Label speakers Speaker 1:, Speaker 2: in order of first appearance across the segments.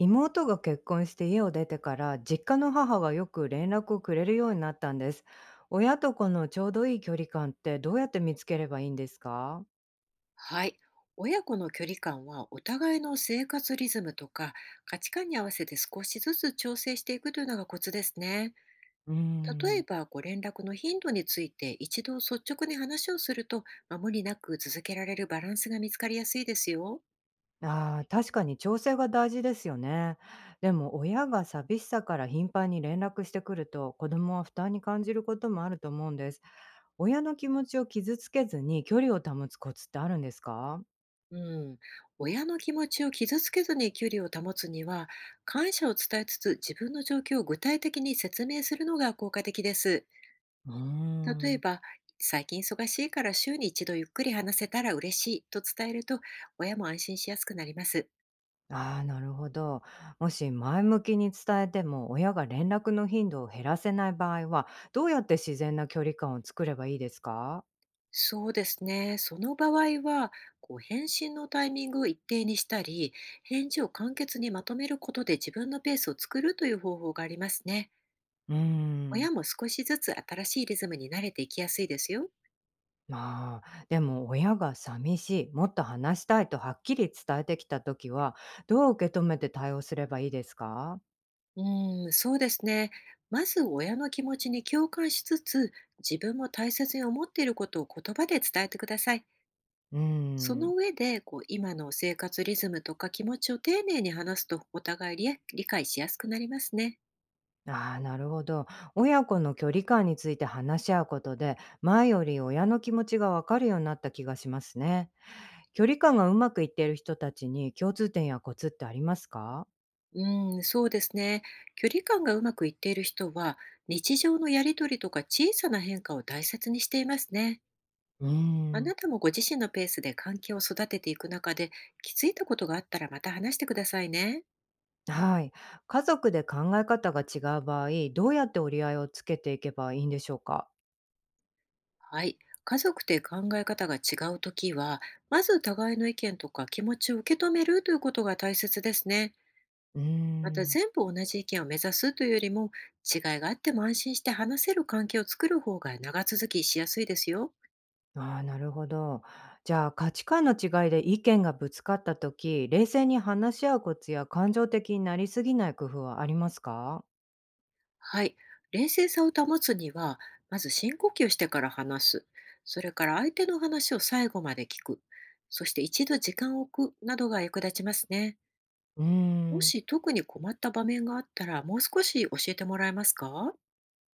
Speaker 1: 妹が結婚して家を出てから実家の母がよく連絡をくれるようになったんです。親と子のちょうどいい距離感ってどうやって見つければいいんですか？
Speaker 2: はい。親子の距離感は、お互いの生活リズムとか価値観に合わせて少しずつ調整していくというのがコツですね。
Speaker 1: うー
Speaker 2: 例え
Speaker 1: ん。
Speaker 2: ば、ご連絡の頻度について一度率直に話をすると、まあ、無理なく続けられるバランスが見つかりやすいですよ。
Speaker 1: ああー、確かに調整が大事ですよね。でも親が寂しさから頻繁に連絡してくると子供は負担に感じることもあると思うんです。親の気持ちを傷つけずに距離を保つコツってあるんですか？
Speaker 2: うん。親の気持ちを傷つけずに距離を保つには、感謝を伝えつつ自分の状況を具体的に説明するのが効果的です。
Speaker 1: うー
Speaker 2: 例え
Speaker 1: ん。
Speaker 2: ば、最近忙しいから週に一度ゆっくり話せたら嬉しいと伝えると、親も安心しやすくなります。
Speaker 1: ああ、なるほど。もし前向きに伝えても親が連絡の頻度を減らせない場合は、どうやって自然な距離感を作ればいいですか？
Speaker 2: そうですね。その場合は、こう返信のタイミングを一定にしたり、返事を簡潔にまとめることで自分のペースを作るという方法がありますね。
Speaker 1: うー
Speaker 2: 親
Speaker 1: ん。
Speaker 2: も少しずつ新しいリズムに慣れていきやすいですよ。
Speaker 1: まあ、でも親が寂しい、もっと話したいとはっきり伝えてきたときは、どう受け止めて対応すればいいですか？
Speaker 2: うーん、そうですね。まず親の気持ちに共感しつつ、自分も大切に思っていることを言葉で伝えてください。
Speaker 1: うー
Speaker 2: そ
Speaker 1: ん。
Speaker 2: の上で、今の生活リズムとか気持ちを丁寧に話すと、お互いり理解しやすくなりますね。
Speaker 1: ああ、なるほど。親子の距離感について話し合うことで、前より親の気持ちがわかるようになった気がしますね。距離感がうまくいっている人たちに共通点やコツってありますか？
Speaker 2: うん、そうですね。距離感がうまくいっている人は、日常のやりとりとか小さな変化を大切にしていますね。
Speaker 1: うー
Speaker 2: あ
Speaker 1: ん。
Speaker 2: なたもご自身のペースで関係を育てていく中で、気づいたことがあったらまた話してくださいね。
Speaker 1: はい。家族で考え方が違う場合、どうやって折り合いをつけていけばいいんでしょうか？
Speaker 2: はい。家族で考え方が違うときは、まず互いの意見とか気持ちを受け止めるということが大切ですね。
Speaker 1: うー
Speaker 2: また、
Speaker 1: ん。
Speaker 2: 全部同じ意見を目指すというよりも、違いがあっても安心して話せる関係を作る方が長続きしやすいですよ。
Speaker 1: ああ、なるほど。じゃあ価値観の違いで意見がぶつかった時、冷静に話し合うコツや感情的になりすぎない工夫はありますか？
Speaker 2: はい。冷静さを保つには、まず深呼吸してから話す。それから相手の話を最後まで聞く。そして一度時間を置くなどが役立ちますね。
Speaker 1: うー
Speaker 2: も
Speaker 1: ん。
Speaker 2: し特に困った場面があったら、もう少し教えてもらえますか？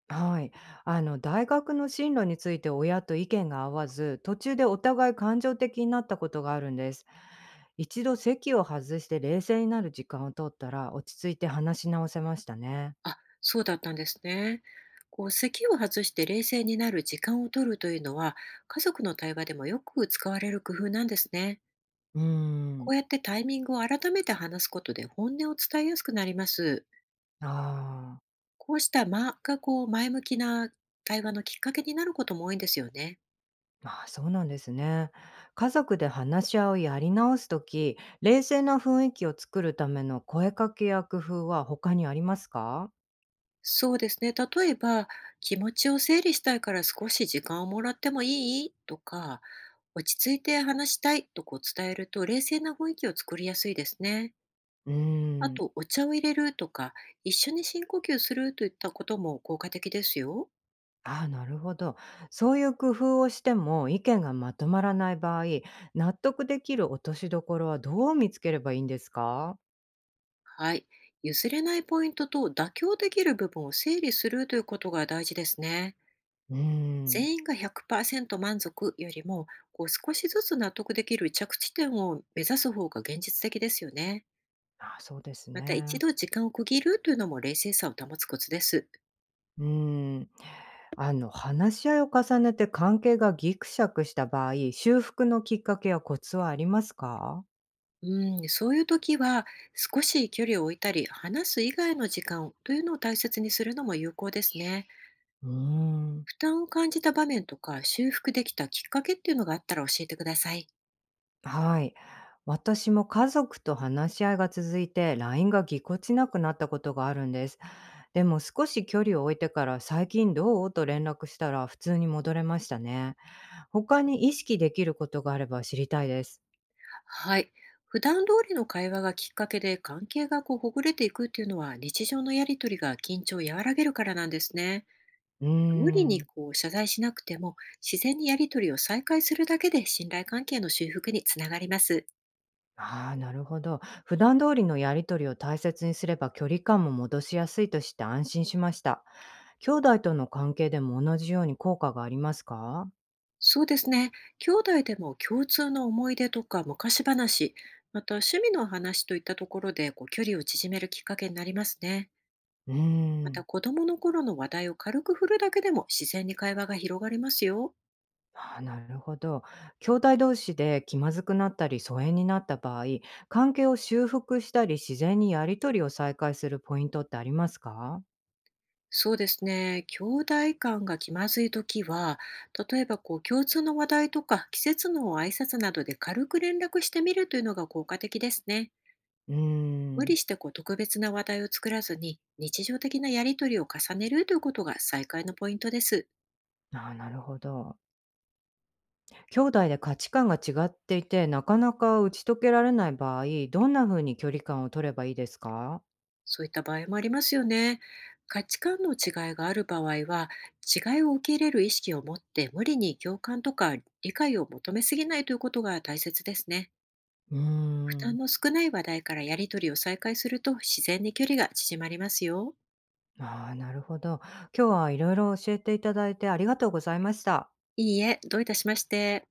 Speaker 1: はい。あの、大学の進路について親と意見が合わず、途中でお互い感情的になったことがあるんです。一度席を外して冷静になる時間を取ったら、落ち着いて話し直せましたね。
Speaker 2: あ、そうだったんですね。こう、咳を外して冷静になる時間を取るというのは、家族の対話でもよく使われる工夫なんですね。
Speaker 1: うー
Speaker 2: こ
Speaker 1: ん。
Speaker 2: うやってタイミングを改めて話すことで、本音を伝えやすくなります。
Speaker 1: ああ、
Speaker 2: こうした間が、こう、前向きな対話のきっかけになることも多いんですよね。
Speaker 1: まあそうなんですね。家族で話し合いをやり直すとき、冷静な雰囲気を作るための声かけや工夫は他にありますか？
Speaker 2: そうですね。例えば、気持ちを整理したいから少し時間をもらってもいいとか、落ち着いて話したいとこう伝えると、冷静な雰囲気を作りやすいですね。
Speaker 1: うー
Speaker 2: あ
Speaker 1: ん。
Speaker 2: と、お茶を入れるとか、一緒に深呼吸するといったことも効果的ですよ。
Speaker 1: ああ、なるほど。そういう工夫をしても意見がまとまらない場合、納得できる落としどころはどう見つければいいんですか？
Speaker 2: はい。譲れないポイントと妥協できる部分を整理するということが大事ですね。
Speaker 1: うーん。
Speaker 2: 全員が100%満足よりも、こう少しずつ納得できる着地点を目指す方が現実的ですよね。
Speaker 1: ああ、そうです
Speaker 2: また、一
Speaker 1: ね。
Speaker 2: 度時間を区切るというのも冷静さを保つコツです。
Speaker 1: うーん。あの、話し合いを重ねて関係がギクシャクした場合、修復のきっかけやコツはありますか？
Speaker 2: うん、そういう時は、少し距離を置いたり、話す以外の時間をというのを大切にするのも有効ですね。
Speaker 1: うーん。
Speaker 2: 負担を感じた場面とか、修復できたきっかけっていうのがあったら教えてください。
Speaker 1: はい。私も家族と話し合いが続いて、LINE がぎこちなくなったことがあるんです。でも少し距離を置いてから、最近どうと連絡したら普通に戻れましたね。他に意識できることがあれば知りたいです。
Speaker 2: はい。普段通りの会話がきっかけで関係がこうほぐれていくっていうのは、日常のやりとりが緊張を和らげるからなんですね。
Speaker 1: うー
Speaker 2: 無理に
Speaker 1: ん。
Speaker 2: こう謝罪しなくても、自然にやりとりを再開するだけで信頼関係の修復につながります。
Speaker 1: ああ、なるほど。普段通りのやりとりを大切にすれば距離感も戻しやすいとして安心しました。兄弟との関係でも同じように効果がありますか？
Speaker 2: そうですね。兄弟でも、共通の思い出とか昔話、また趣味の話といったところで、こう、距離を縮めるきっかけになりますね。
Speaker 1: うー
Speaker 2: また、
Speaker 1: ん。
Speaker 2: 子供の頃の話題を軽く振るだけでも自然に会話が広がりますよ。
Speaker 1: ああ、なるほど。兄弟同士で気まずくなったり疎遠になった場合、関係を修復したり自然にやり取りを再開するポイントってありますか？
Speaker 2: そうですね。兄弟間が気まずいときは、例えば、こう、共通の話題とか季節の挨拶などで軽く連絡してみるというのが効果的ですね。
Speaker 1: うー
Speaker 2: 無
Speaker 1: ん。
Speaker 2: 理してこう特別な話題を作らずに、日常的なやりとりを重ねるということが再開のポイントです。
Speaker 1: ああ、なるほど。兄弟で価値観が違っていて、なかなか打ち解けられない場合、どんな風に距離感を取ればいいですか？
Speaker 2: そういった場合もありますよね。価値観の違いがある場合は、違いを受け入れる意識を持って、無理に共感とか理解を求めすぎないということが大切ですね。
Speaker 1: うー
Speaker 2: 負担
Speaker 1: ん。
Speaker 2: の少ない話題からやり取りを再開すると、自然に距離が縮まりますよ。
Speaker 1: ああ、なるほど。今日はいろいろ教えていただいてありがとうございました。
Speaker 2: いいえ、どういたしまして。